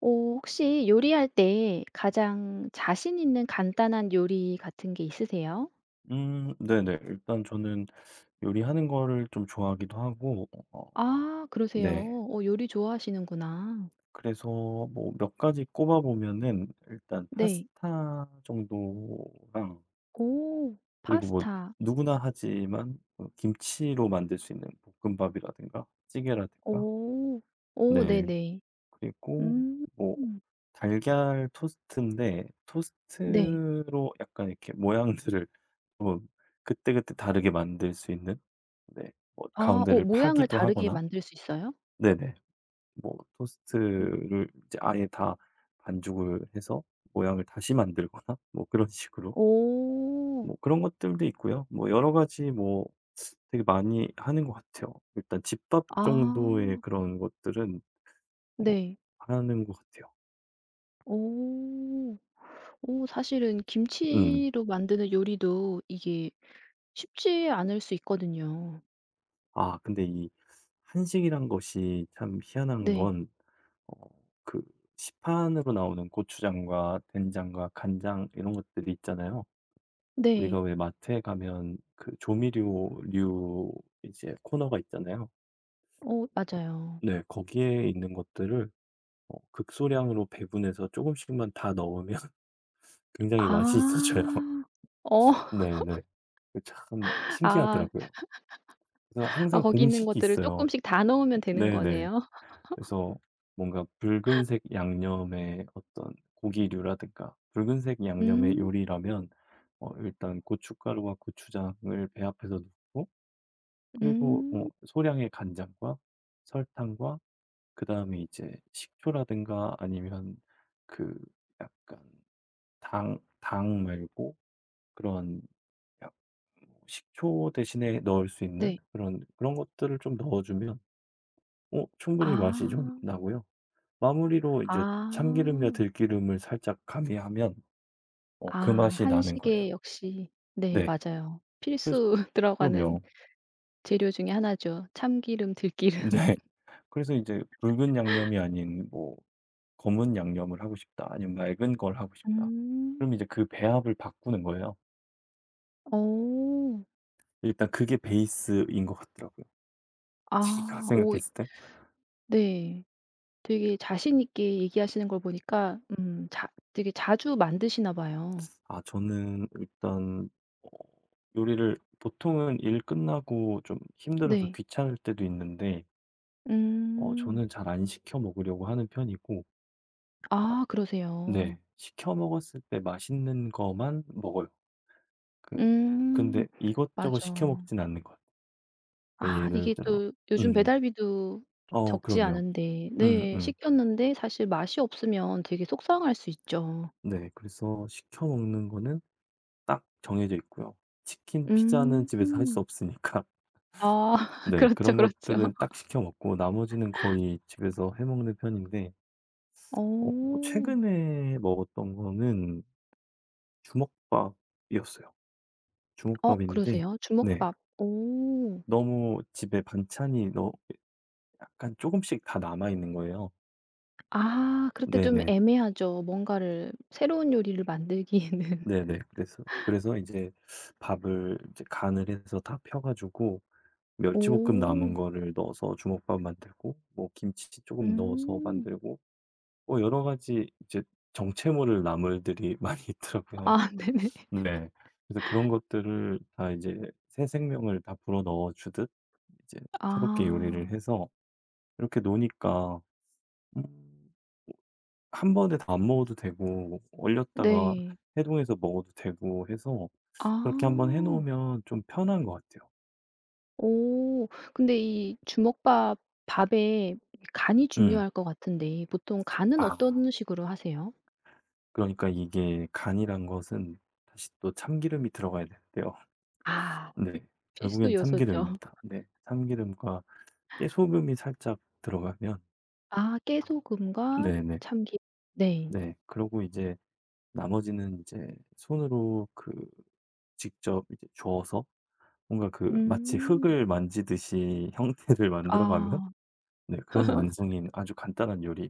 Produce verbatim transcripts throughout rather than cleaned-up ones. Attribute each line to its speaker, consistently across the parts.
Speaker 1: 오, 혹시 요리할 때 가장 자신 있는 간단한 요리 같은 게 있으세요?
Speaker 2: 음 네네. 일단 저는 요리하는 거를 좀 좋아하기도 하고 어
Speaker 1: 아, 그러세요.
Speaker 2: 네.
Speaker 1: 어, 요리 좋아하시는구나.
Speaker 2: 그래서 뭐 몇 가지 꼽아 보면은 일단
Speaker 1: 네.
Speaker 2: 파스타 정도랑
Speaker 1: 오,
Speaker 2: 그리고 뭐
Speaker 1: 파스타.
Speaker 2: 누구나 하지만 뭐 김치로 만들 수 있는 볶음밥이라든가 찌개라든가,
Speaker 1: 오. 오,
Speaker 2: 네.
Speaker 1: 네네.
Speaker 2: 그리고
Speaker 1: 음.
Speaker 2: 뭐 달걀 토스트인데
Speaker 1: 네.
Speaker 2: 토스트로 약간 이렇게 모양들을 뭐 그때그때 다르게 만들 수 있는, 네, 뭐
Speaker 1: 아, 어,
Speaker 2: 가운데를
Speaker 1: 모양을
Speaker 2: 파기도
Speaker 1: 다르게
Speaker 2: 하거나.
Speaker 1: 만들 수 있어요?
Speaker 2: 네네. 뭐
Speaker 1: 음.
Speaker 2: 토스트를 이제 아예 다 반죽을 해서 모양을 다시 만들거나 뭐 그런 식으로.
Speaker 1: 오.
Speaker 2: 뭐 그런 것들도 있고요. 뭐 여러 가지, 뭐 되게 많이 하는 것 같아요. 일단 집밥
Speaker 1: 아,
Speaker 2: 정도의 그런 것들은 어
Speaker 1: 네.
Speaker 2: 하는 것 같아요.
Speaker 1: 오. 오, 사실은
Speaker 2: 음.
Speaker 1: 김치로 만드는 요리도 이게 쉽지 않을 수 있거든요.
Speaker 2: 아 근데 이 한식이란 것이 참 희한한
Speaker 1: 네.
Speaker 2: 건 어 그 시판으로 나오는 고추장과 된장과 간장 이런 것들이 있잖아요. 우리가
Speaker 1: 네.
Speaker 2: 왜 마트에 가면 그 조미료류 이제 코너가 있잖아요.
Speaker 1: 어, 맞아요.
Speaker 2: 네. 거기에 있는 것들을 어 극소량으로 배분해서 조금씩만 다 넣으면 굉장히 맛이 있어져요.
Speaker 1: 아. 어.
Speaker 2: 네네. 그 참
Speaker 1: 아.
Speaker 2: 신기하더라고요. 그래서
Speaker 1: 아,
Speaker 2: 항상
Speaker 1: 거기 있는
Speaker 2: 공식이
Speaker 1: 것들을
Speaker 2: 있어요.
Speaker 1: 쪼끔씩 다 넣으면 되는
Speaker 2: 네네.
Speaker 1: 거네요.
Speaker 2: 그래서 뭔가 붉은색 양념의 어떤 고기류라든가 붉은색 양념의
Speaker 1: 음.
Speaker 2: 요리라면 어 일단 고춧가루와 고추장을 배합해서 넣고. 그리고 어,
Speaker 1: 음.
Speaker 2: 소량의 간장과 설탕과 그다음에 이제 식초라든가 아니면 그 약간 당 당 말고 그런 약 뭐 식초 대신에 넣을 수 있는
Speaker 1: 네.
Speaker 2: 그런 그런 것들을 좀 넣어주면 어 충분히 맛이 좀
Speaker 1: 아.
Speaker 2: 나고요. 마무리로 이제 참기름이나
Speaker 1: 아.
Speaker 2: 들기름을 살짝 가미하면 어
Speaker 1: 아,
Speaker 2: 그 맛이 나는
Speaker 1: 한식에
Speaker 2: 거예요.
Speaker 1: 역시 네
Speaker 2: 네.
Speaker 1: 맞아요.
Speaker 2: 그래서
Speaker 1: 필수 들어가는
Speaker 2: 그럼요.
Speaker 1: 재료 중에 하나죠. 참기름,
Speaker 2: 네.
Speaker 1: 들기름.
Speaker 2: 그래서 이제 붉은 양념이 아닌 뭐 검은 양념을 하고 싶다, 아니면 맑은 걸 하고 싶다. 그럼
Speaker 1: 음.
Speaker 2: 이제 그 배합을 바꾸는 거예요.
Speaker 1: 어.
Speaker 2: 일단 그게 베이스인 것 같더라고요. 제가
Speaker 1: 아. 오
Speaker 2: 생각했을 때.
Speaker 1: 네. 되게 자신 있게 얘기하시는 걸 보니까 음 자 되게 자주 만드시나 봐요.
Speaker 2: 아 저는 일단 어 요리를 보통은 일 끝나고 좀 힘들어서
Speaker 1: 네.
Speaker 2: 귀찮을 때도 있는데 어
Speaker 1: 음.
Speaker 2: 저는 잘 안 시켜 먹으려고 하는 편이고.
Speaker 1: 아,
Speaker 2: 네.
Speaker 1: 그러세요.
Speaker 2: 시켜 먹었을 때 맛있는 거만 먹어요. 그 근데
Speaker 1: 음.
Speaker 2: 이것저것 시켜
Speaker 1: 맞아.
Speaker 2: 먹진 않는 것 같아요. 그러니까
Speaker 1: 아,
Speaker 2: 예를
Speaker 1: 이게
Speaker 2: 들어
Speaker 1: 또 요즘
Speaker 2: 음.
Speaker 1: 배달비도
Speaker 2: 어
Speaker 1: 적지
Speaker 2: 그럼요.
Speaker 1: 않은데 네
Speaker 2: 음음.
Speaker 1: 시켰는데 사실 맛이 없으면 되게 속상할 수 있죠.
Speaker 2: 네. 그래서 시켜 먹는 거는 딱 정해져 있고요. 치킨, 피자는 집에서 할 수
Speaker 1: 음.
Speaker 2: 없으니까
Speaker 1: 아,
Speaker 2: 네
Speaker 1: 그렇죠,
Speaker 2: 그런
Speaker 1: 그렇죠.
Speaker 2: 것들은 딱 시켜 먹고 나머지는 거의 집에서 해 먹는 편인데 어
Speaker 1: 오,
Speaker 2: 최근에 먹었던 거는 주먹밥이었어요.
Speaker 1: 어
Speaker 2: 주먹밥인데
Speaker 1: 그러세요?
Speaker 2: 네
Speaker 1: 주먹밥. 오.
Speaker 2: 너무 집에 반찬이 너 약간 조금씩 다 남아있는 거예요.
Speaker 1: 아, 그럴 때 좀
Speaker 2: 네네.
Speaker 1: 애매하죠. 뭔가를 새로운 요리를 만들기에는.
Speaker 2: 네네. 그래서 그래서 이제 밥을 이제 간을 해서 다 펴 가지고 멸치볶음 남은
Speaker 1: 오.
Speaker 2: 거를 넣어서 주먹밥 만들고 뭐 김치 조금 넣어서
Speaker 1: 음.
Speaker 2: 만들고 뭐 여러 가지 이제 정체모를 나물들이 많이 있더라고요.
Speaker 1: 아, 네네.
Speaker 2: 네. 그래서 그런 것들을 다 이제 새 생명을 다 불어 넣어 주듯 이제 새롭게 요리를
Speaker 1: 아.
Speaker 2: 해서 이렇게 노니까 음 한 번에 다 안 먹어도 되고, 얼렸다가
Speaker 1: 네.
Speaker 2: 해동해서 먹어도 되고 해서,
Speaker 1: 아.
Speaker 2: 그렇게 한번 해 놓으면 좀 편한 것 같아요.
Speaker 1: 오. 근데 이 주먹밥 밥에 간이
Speaker 2: 음.
Speaker 1: 중요할 것 같은데 보통 간은
Speaker 2: 아
Speaker 1: 어떤 식으로 하세요?
Speaker 2: 그러니까 이게 간이란 것은 다시 또 참기름이 들어가야 되는데요.
Speaker 1: 아,
Speaker 2: 네.
Speaker 1: 필수
Speaker 2: 결국엔
Speaker 1: 요소죠.
Speaker 2: 참기름입니다. 네. 참기름과 깨소금이 살짝 들어가면.
Speaker 1: 아, 깨소금과
Speaker 2: 네네.
Speaker 1: 참기 네.
Speaker 2: 네. 그러고 이제 나머지는 이제 손으로 그 직접 이제 저어서 뭔가 그 마치
Speaker 1: 음.
Speaker 2: 흙을 만지듯이 형태를 만들어 가면.
Speaker 1: 아.
Speaker 2: 네. 그런 완성인 아주 간단한 요리.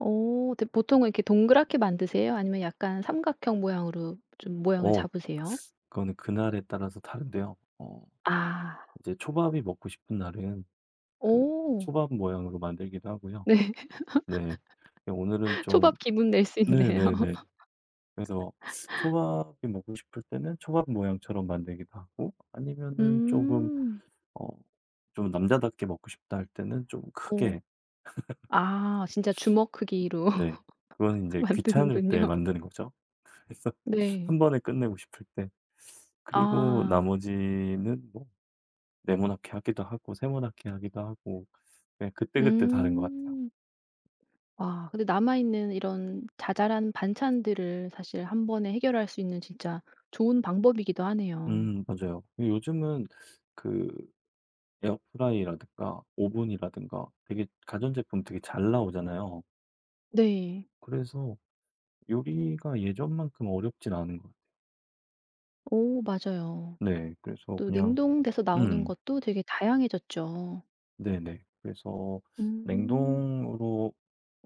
Speaker 1: 오. 근데 보통은 이렇게 동그랗게 만드세요? 아니면 약간 삼각형 모양으로 좀 모양을
Speaker 2: 어
Speaker 1: 잡으세요?
Speaker 2: 그거는 그날에 따라서 다른데요. 어
Speaker 1: 아.
Speaker 2: 이제 초밥이 먹고 싶은 날은 그
Speaker 1: 오.
Speaker 2: 초밥 모양으로 만들기도 하고요.
Speaker 1: 네.
Speaker 2: 네. 예 오늘은 좀
Speaker 1: 초밥 기분 낼 수 있네요.
Speaker 2: 네네네. 그래서 초밥이 먹고 싶을 때는 초밥 모양처럼 만들기도 하고, 아니면은 조금
Speaker 1: 음.
Speaker 2: 어 좀 남자답게 먹고 싶다 할 때는 좀
Speaker 1: 오.
Speaker 2: 크게.
Speaker 1: 아, 진짜 주먹 크기로
Speaker 2: 네. 그거는 제 귀찮을 때
Speaker 1: 만드는군요.
Speaker 2: 만드는 거죠. 그래서
Speaker 1: 네.
Speaker 2: 한 번에 끝내고 싶을 때. 그리고
Speaker 1: 아.
Speaker 2: 나머지는 뭐 네모나게 하기도 하고 세모나게 하기도 하고 그냥 그때그때 다른 것 같아요.
Speaker 1: 음. 와, 근데 남아있는 이런 자잘한 반찬들을 사실 한 번에 해결할 수 있는 진짜 좋은 방법이기도 하네요.
Speaker 2: 음 맞아요. 요즘은 그 에어프라이라든가 오븐이라든가 되게 가전제품 되게 잘 나오잖아요.
Speaker 1: 네.
Speaker 2: 그래서 요리가 예전만큼 어렵진 않은 것 같아요.
Speaker 1: 오, 맞아요.
Speaker 2: 네. 그래서
Speaker 1: 또
Speaker 2: 그냥
Speaker 1: 냉동돼서 나오는
Speaker 2: 음
Speaker 1: 것도 되게 다양해졌죠.
Speaker 2: 네네. 그래서
Speaker 1: 음.
Speaker 2: 냉동으로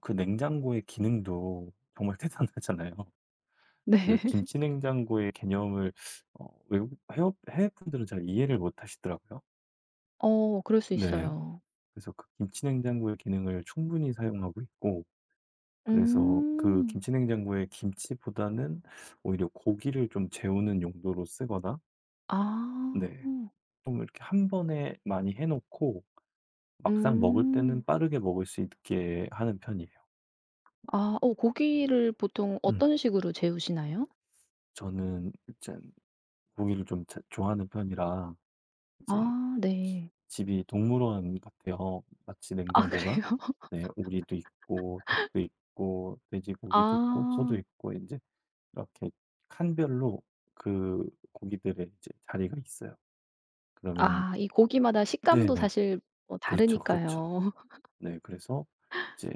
Speaker 2: 그 냉장고의 기능도 정말 대단하잖아요.
Speaker 1: 네.
Speaker 2: 그 김치 냉장고의 개념을 어 외국 해외 해외 분들은 잘 이해를 못 하시더라고요.
Speaker 1: 어, 그럴 수
Speaker 2: 네.
Speaker 1: 있어요.
Speaker 2: 그래서 그 김치냉장고의 기능을 충분히 사용하고 있고, 그래서 그
Speaker 1: 음.
Speaker 2: 김치냉장고에 김치보다는 오히려 고기를 좀 재우는 용도로 쓰거나.
Speaker 1: 아.
Speaker 2: 네. 좀 이렇게 한 번에 많이 해 놓고 막상 먹을 때는
Speaker 1: 음.
Speaker 2: 빠르게 먹을 수 있게 하는 편이에요.
Speaker 1: 아, 어, 고기를 보통
Speaker 2: 음.
Speaker 1: 어떤 식으로 재우시나요?
Speaker 2: 저는 일단 고기를 좀 자 좋아하는 편이라 이제
Speaker 1: 아, 네.
Speaker 2: 집이 동물원 같아요, 마치
Speaker 1: 아,
Speaker 2: 냉장고가.
Speaker 1: 그래요?
Speaker 2: 네. 오리도 있고, 닭도 있고, 돼지고기도 있고, 소도
Speaker 1: 아.
Speaker 2: 있고 이제 이렇게 칸별로 그 고기들의 이제 자리가 있어요. 그러면
Speaker 1: 아, 이 고기마다 식감도
Speaker 2: 네네.
Speaker 1: 사실 뭐
Speaker 2: 그렇죠, 그렇죠.
Speaker 1: 다르니까요.
Speaker 2: 네 그래서 이제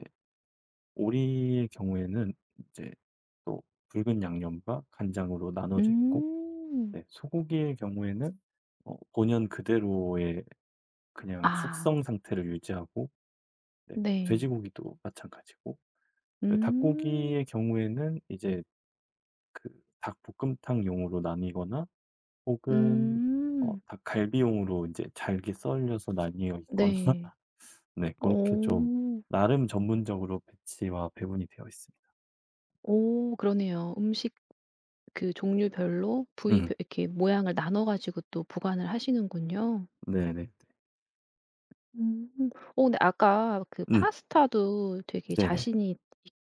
Speaker 2: 오리의 경우에는 이제 또 붉은 양념과 간장으로 나눠져 있고,
Speaker 1: 음.
Speaker 2: 네 소고기의 경우에는 어 본연 그대로의 그냥
Speaker 1: 아,
Speaker 2: 숙성 상태를 유지하고, 네
Speaker 1: 네.
Speaker 2: 돼지고기도 마찬가지고, 네
Speaker 1: 음.
Speaker 2: 닭고기의 경우에는 이제 그 닭볶음탕용으로 나뉘거나 혹은 어
Speaker 1: 음.
Speaker 2: 닭갈비용으로 이제 잘게 썰려서 나뉘어 있거나.
Speaker 1: 네.
Speaker 2: 네 그렇게 좀
Speaker 1: 오,
Speaker 2: 나름 전문적으로 배치와 배분이 되어 있습니다.
Speaker 1: 오, 그러네요. 음식 그 종류별로 부위
Speaker 2: 음.
Speaker 1: 이렇게 모양을 나눠 가지고 또 보관을 하시는군요.
Speaker 2: 네네네.
Speaker 1: 음. 어, 근데 아까 그
Speaker 2: 음.
Speaker 1: 파스타도 되게
Speaker 2: 네네.
Speaker 1: 자신이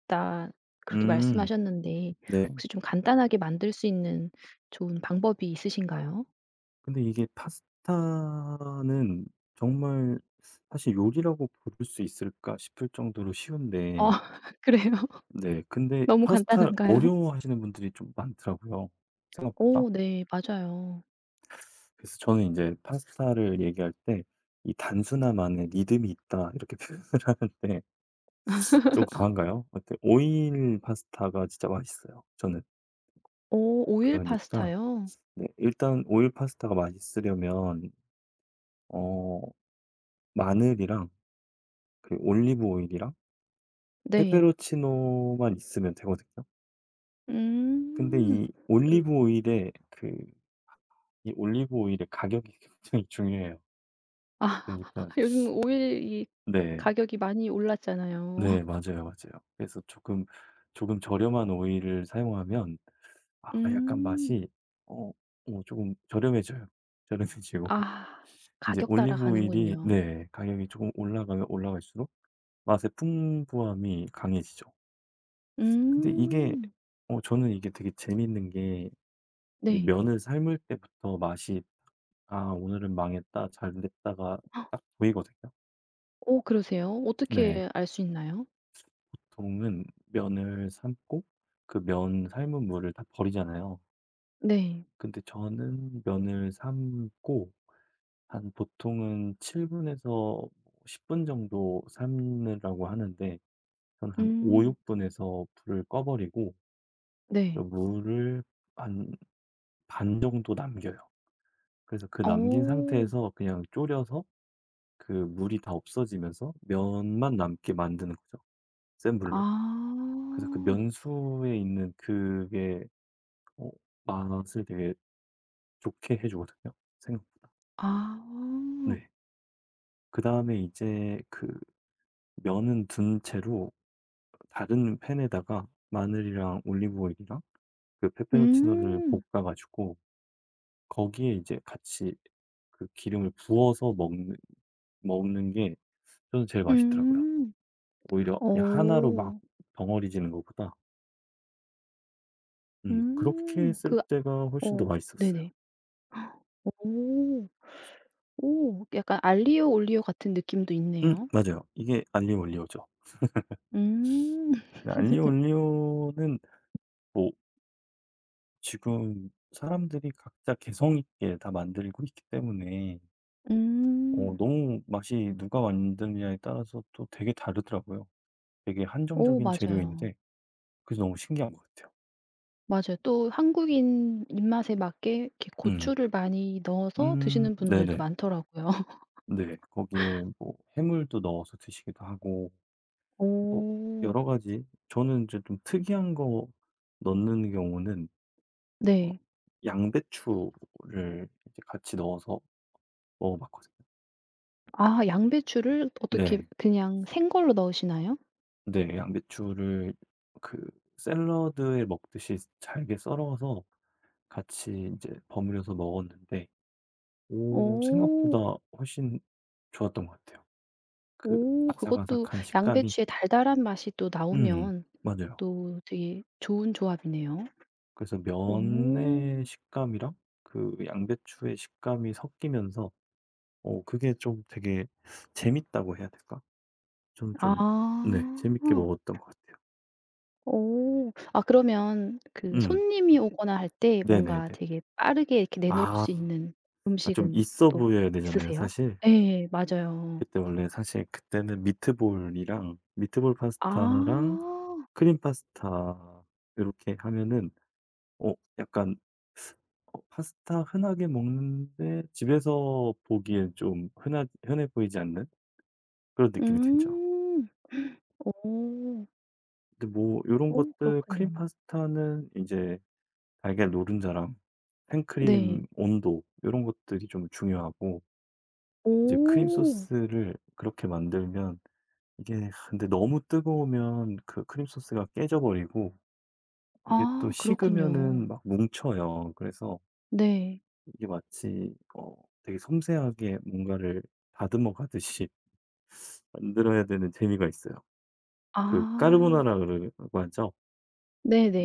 Speaker 1: 있다 그렇게
Speaker 2: 음.
Speaker 1: 말씀하셨는데
Speaker 2: 네.
Speaker 1: 혹시 좀 간단하게 만들 수 있는 좋은 방법이 있으신가요?
Speaker 2: 근데 이게 파스타는 정말 사실 요리라고 부를 수 있을까 싶을 정도로
Speaker 1: 어,
Speaker 2: 쉬운데
Speaker 1: 그래요?
Speaker 2: 네 근데
Speaker 1: 너무
Speaker 2: 파스타
Speaker 1: 간단한가요?
Speaker 2: 어려워하시는 분들이 좀 많더라고요, 생각보다.
Speaker 1: 오 네. 맞아요.
Speaker 2: 그래서 저는 이제 파스타를 얘기할 때 "이 단순함만의 리듬이 있다." 이렇게 표현을 하는데 좀 과한가요? 어때? 오일 파스타가 진짜 맛있어요, 저는.
Speaker 1: 오, 오일
Speaker 2: 그러니까
Speaker 1: 파스타요?
Speaker 2: 네 일단 오일 파스타가 맛있으려면 어 마늘이랑 그 올리브 오일이랑
Speaker 1: 네.
Speaker 2: 페페로치노만 있으면 되거든요. 근데
Speaker 1: 음.
Speaker 2: 이
Speaker 1: 그
Speaker 2: 올리브 오일의 그 이 올리브 오일의 가격이 굉장히 중요해요.
Speaker 1: 아,
Speaker 2: 그러니까
Speaker 1: 요즘 오일이
Speaker 2: 네.
Speaker 1: 가격이 많이 올랐잖아요.
Speaker 2: 네 맞아요, 맞아요. 그래서 조금 조금 저렴한 오일을 사용하면 아 약간
Speaker 1: 음.
Speaker 2: 맛이 어 어 조금 저렴해져요. 저렴해지고
Speaker 1: 아,
Speaker 2: 이제
Speaker 1: 가격
Speaker 2: 올리브 오일이
Speaker 1: 따라가는군요.
Speaker 2: 네 가격이 조금 올라가면 올라갈수록 맛의 풍부함이 강해지죠. 근데 이게
Speaker 1: 음.
Speaker 2: 어 저는 이게 되게 재밌는 게
Speaker 1: 네.
Speaker 2: 면을 삶을 때부터 맛이 '아 오늘은 망했다. 잘 됐다.'가 딱 보이거든요.
Speaker 1: 어 그러세요? 어떻게
Speaker 2: 네.
Speaker 1: 알 수 있나요?
Speaker 2: 보통은 면을 삶고 그 면 삶은 물을 다 버리잖아요.
Speaker 1: 네.
Speaker 2: 근데 저는 면을 삶고 한 보통은 칠 분에서 십 분 정도 삶으라고 하는데, 저는 한
Speaker 1: 음.
Speaker 2: 오에서 육 분에서 불을 꺼 버리고 그
Speaker 1: 네.
Speaker 2: 물을 한 반 정도 남겨요. 그래서 그 남긴
Speaker 1: 어.
Speaker 2: 상태에서 그냥 졸여서 그 물이 다 없어지면서 면만 남게 만드는 거죠, 센 불로. 그래서 그
Speaker 1: 아.
Speaker 2: 면수에 있는 그게 어 맛을 되게 좋게 해 주거든요, 생각보다.
Speaker 1: 아.
Speaker 2: 네. 그다음에 이제 그 면은 든 채로 다른 팬에다가 마늘이랑 올리브 오일이랑 그 페페로치노를
Speaker 1: 음.
Speaker 2: 볶아 가지고 거기에 이제 같이 그 기름을 부어서 먹는 먹는 게 저는 제일 맛있더라고요.
Speaker 1: 음.
Speaker 2: 오히려 그냥 하나로 막
Speaker 1: 어.
Speaker 2: 덩어리지는 것보다 음 그렇게
Speaker 1: 음.
Speaker 2: 쓸
Speaker 1: 그 아,
Speaker 2: 때가 훨씬 더
Speaker 1: 어
Speaker 2: 맛있었어요.
Speaker 1: 네네. 오. 오, 약간 알리오 올리오 같은 느낌도
Speaker 2: 음
Speaker 1: 있네요.
Speaker 2: 맞아요. 이게 알리오 올리오죠.
Speaker 1: 음.
Speaker 2: 근데 알리오 올리오는 뭐 지금 사람들이 각자 개성 있게 다 만들고 있기 때문에 어
Speaker 1: 음.
Speaker 2: 너무 맛이 누가 만드느냐에 따라서 또 되게 다르더라고요. 되게
Speaker 1: 어,
Speaker 2: 한정적인
Speaker 1: 맞아요.
Speaker 2: 재료인데 그래서 너무 신기한 것 같아요.
Speaker 1: 맞아요. 또 한국인 입맛에 맞게 이렇게
Speaker 2: 음.
Speaker 1: 고추를 많이 넣어서
Speaker 2: 음
Speaker 1: 드시는 분들도
Speaker 2: 네네.
Speaker 1: 많더라고요.
Speaker 2: 네. 거기에 뭐 해물도 넣어서 드시기도 하고 뭐
Speaker 1: 오.
Speaker 2: 여러 가지. 저는 이제 좀 특이한 거 넣는 경우는 어
Speaker 1: 네.
Speaker 2: 양배추를 이제 같이 넣어서 먹어 봤거든요.
Speaker 1: 아, 양배추를 어떻게
Speaker 2: 네.
Speaker 1: 그냥 생걸로 넣으시나요?
Speaker 2: 네. 양배추를 그 샐러드에 먹듯이 잘게 썰어서 같이 이제 버무려서 먹었는데 오 생각보다
Speaker 1: 어.
Speaker 2: 훨씬 좋았던 것 같아요. 그
Speaker 1: 오, 그것도
Speaker 2: 아삭아삭한 식감이
Speaker 1: 양배추의 달달한 맛이 또
Speaker 2: 음
Speaker 1: 나오면
Speaker 2: 맞아요.
Speaker 1: 또 되게 좋은 조합이네요.
Speaker 2: 그래서
Speaker 1: 오.
Speaker 2: 면의 식감이랑 그 양배추의 식감이 섞이면서 어 그게 좀 되게 재밌다고 해야 될까? 저는
Speaker 1: 아.
Speaker 2: 좀 네 재밌게 먹었던 것 같아요.
Speaker 1: 오. 아, 그러면 그
Speaker 2: 음
Speaker 1: 손님이 오거나 할 때 뭔가
Speaker 2: 네네네.
Speaker 1: 되게 빠르게 이렇게 내놓을
Speaker 2: 아.
Speaker 1: 수 있는
Speaker 2: 아 좀
Speaker 1: 음식은
Speaker 2: 있어
Speaker 1: 또
Speaker 2: 보여야 되잖아요,
Speaker 1: 있으세요?
Speaker 2: 사실.
Speaker 1: 예. 맞아요.
Speaker 2: 그때 원래 사실 그때는 미트볼이랑 미트볼
Speaker 1: 아.
Speaker 2: 파스타랑 크림 파스타 이렇게 하면은 어 약간 어 파스타 흔하게 먹는데 집에서 보기엔 좀 흔하 흔해 보이지 않는 그런 느낌이 들죠.
Speaker 1: 음. 오.
Speaker 2: 근데 뭐 요런
Speaker 1: 오,
Speaker 2: 것들 크림
Speaker 1: 그렇군요.
Speaker 2: 파스타는 이제 달걀 노른자랑
Speaker 1: 네.
Speaker 2: 생크림 온도 요런 것들이 좀 중요하고. 이제 크림
Speaker 1: 오.
Speaker 2: 소스를 그렇게 만들면 이게 근데 너무 뜨거우면 그 크림 소스가 깨져 버리고, 이게 또
Speaker 1: 아, 그렇군요.
Speaker 2: 식으면은 막 뭉쳐요. 그래서
Speaker 1: 네.
Speaker 2: 이게 마치 어 되게 섬세하게 뭔가를 다듬어 가듯이 만들어야 되는 재미가 있어요. 그 까르보
Speaker 1: 아,
Speaker 2: 나라고 하죠.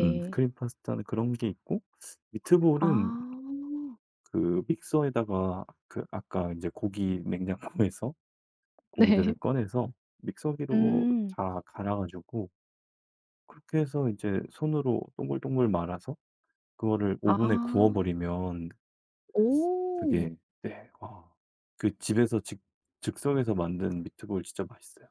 Speaker 2: 음 크림 파스타는 그런 게 있고
Speaker 1: 아.
Speaker 2: 미트볼은 그 믹서에다가 그 아까 이제 고기 냉장고에서 고기들을
Speaker 1: 네.
Speaker 2: 꺼내서 믹서기로
Speaker 1: 음.
Speaker 2: 다 갈아 가지고 그렇게 해서 이제 손으로 동글동글 말아서 그거를 오븐에 구워
Speaker 1: 아.
Speaker 2: 버리면
Speaker 1: 오.
Speaker 2: 그게 네. 와. 그 집에서 즉 즉석에서 만든 미트볼 진짜 맛있어요,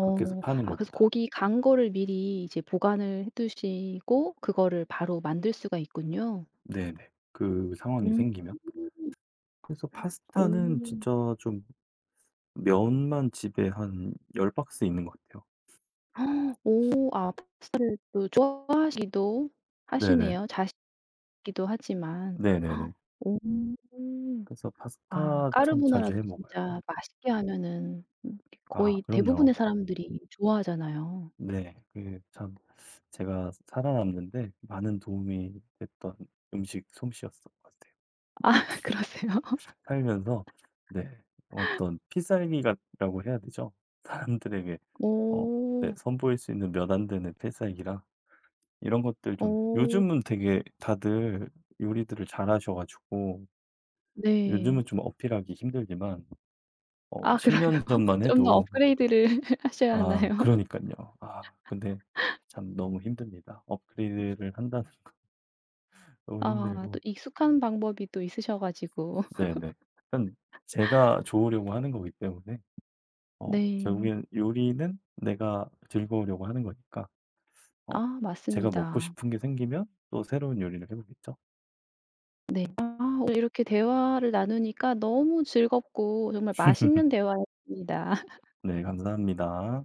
Speaker 2: 밖에서 파는
Speaker 1: 아, 그래서
Speaker 2: 것보다.
Speaker 1: 고기 간 거를 미리 이제 보관을 해 두시고 그거를 바로 만들 수가 있군요.
Speaker 2: 네네. 그 상황이
Speaker 1: 음.
Speaker 2: 생기면. 그래서 파스타는
Speaker 1: 오.
Speaker 2: 진짜 좀 면만 집에 한 열 박스 있는 것 같아요.
Speaker 1: 오. 아, 파스타를 또 좋아하시기도
Speaker 2: 네네.
Speaker 1: 하시네요. 자시기도 하지만.
Speaker 2: 네네네.
Speaker 1: 오.
Speaker 2: 그래서
Speaker 1: 아,
Speaker 2: 파스타 참 자주 해
Speaker 1: 까르보나라도
Speaker 2: 먹어요.
Speaker 1: 진짜 맛있게 하면은 음
Speaker 2: 아
Speaker 1: 거의
Speaker 2: 그럼요.
Speaker 1: 대부분의 사람들이 좋아하잖아요.
Speaker 2: 네. 그게 참 제가 살아남는 데 많은 도움이 됐던 음식 솜씨였던 것 같아요.
Speaker 1: 아, 그러세요?
Speaker 2: 살면서 네 어떤 필살기라고 해야 되죠? 사람들에게 어 네
Speaker 1: 어.
Speaker 2: 선보일 수 있는 몇 안 되는 필살기라 이런 것들 좀
Speaker 1: 어,
Speaker 2: 요즘은 되게 다들 요리들을 잘하셔 가지고 요즘은
Speaker 1: 네.
Speaker 2: 좀 어필하기 힘들지만 어
Speaker 1: 아
Speaker 2: 10
Speaker 1: 그래요?
Speaker 2: 년 전만
Speaker 1: 좀 더
Speaker 2: 해도.
Speaker 1: 업그레이드를 하셔야
Speaker 2: 아
Speaker 1: 하나요?
Speaker 2: 그러니깐요. 아 근데 참 너무 힘듭니다. 업그레이드를 한다는 게 너무
Speaker 1: 아, 또
Speaker 2: 힘들고.
Speaker 1: 익숙한 방법이 또 있으셔 가지고.
Speaker 2: 네네. 일단 제가 좋으려고 하는 거기 때문에 어
Speaker 1: 네.
Speaker 2: 결국엔 요리는 내가 즐거우려고 하는 거니까 어
Speaker 1: 아,
Speaker 2: 제가 먹고
Speaker 1: 맞습니다.
Speaker 2: 싶은 게 생기면 또 새로운 요리를 해 보겠죠.
Speaker 1: 네. 아, 오늘 이렇게 대화를 나누니까 너무 즐겁고 정말 맛있는 대화였습니다.
Speaker 2: 네 감사합니다.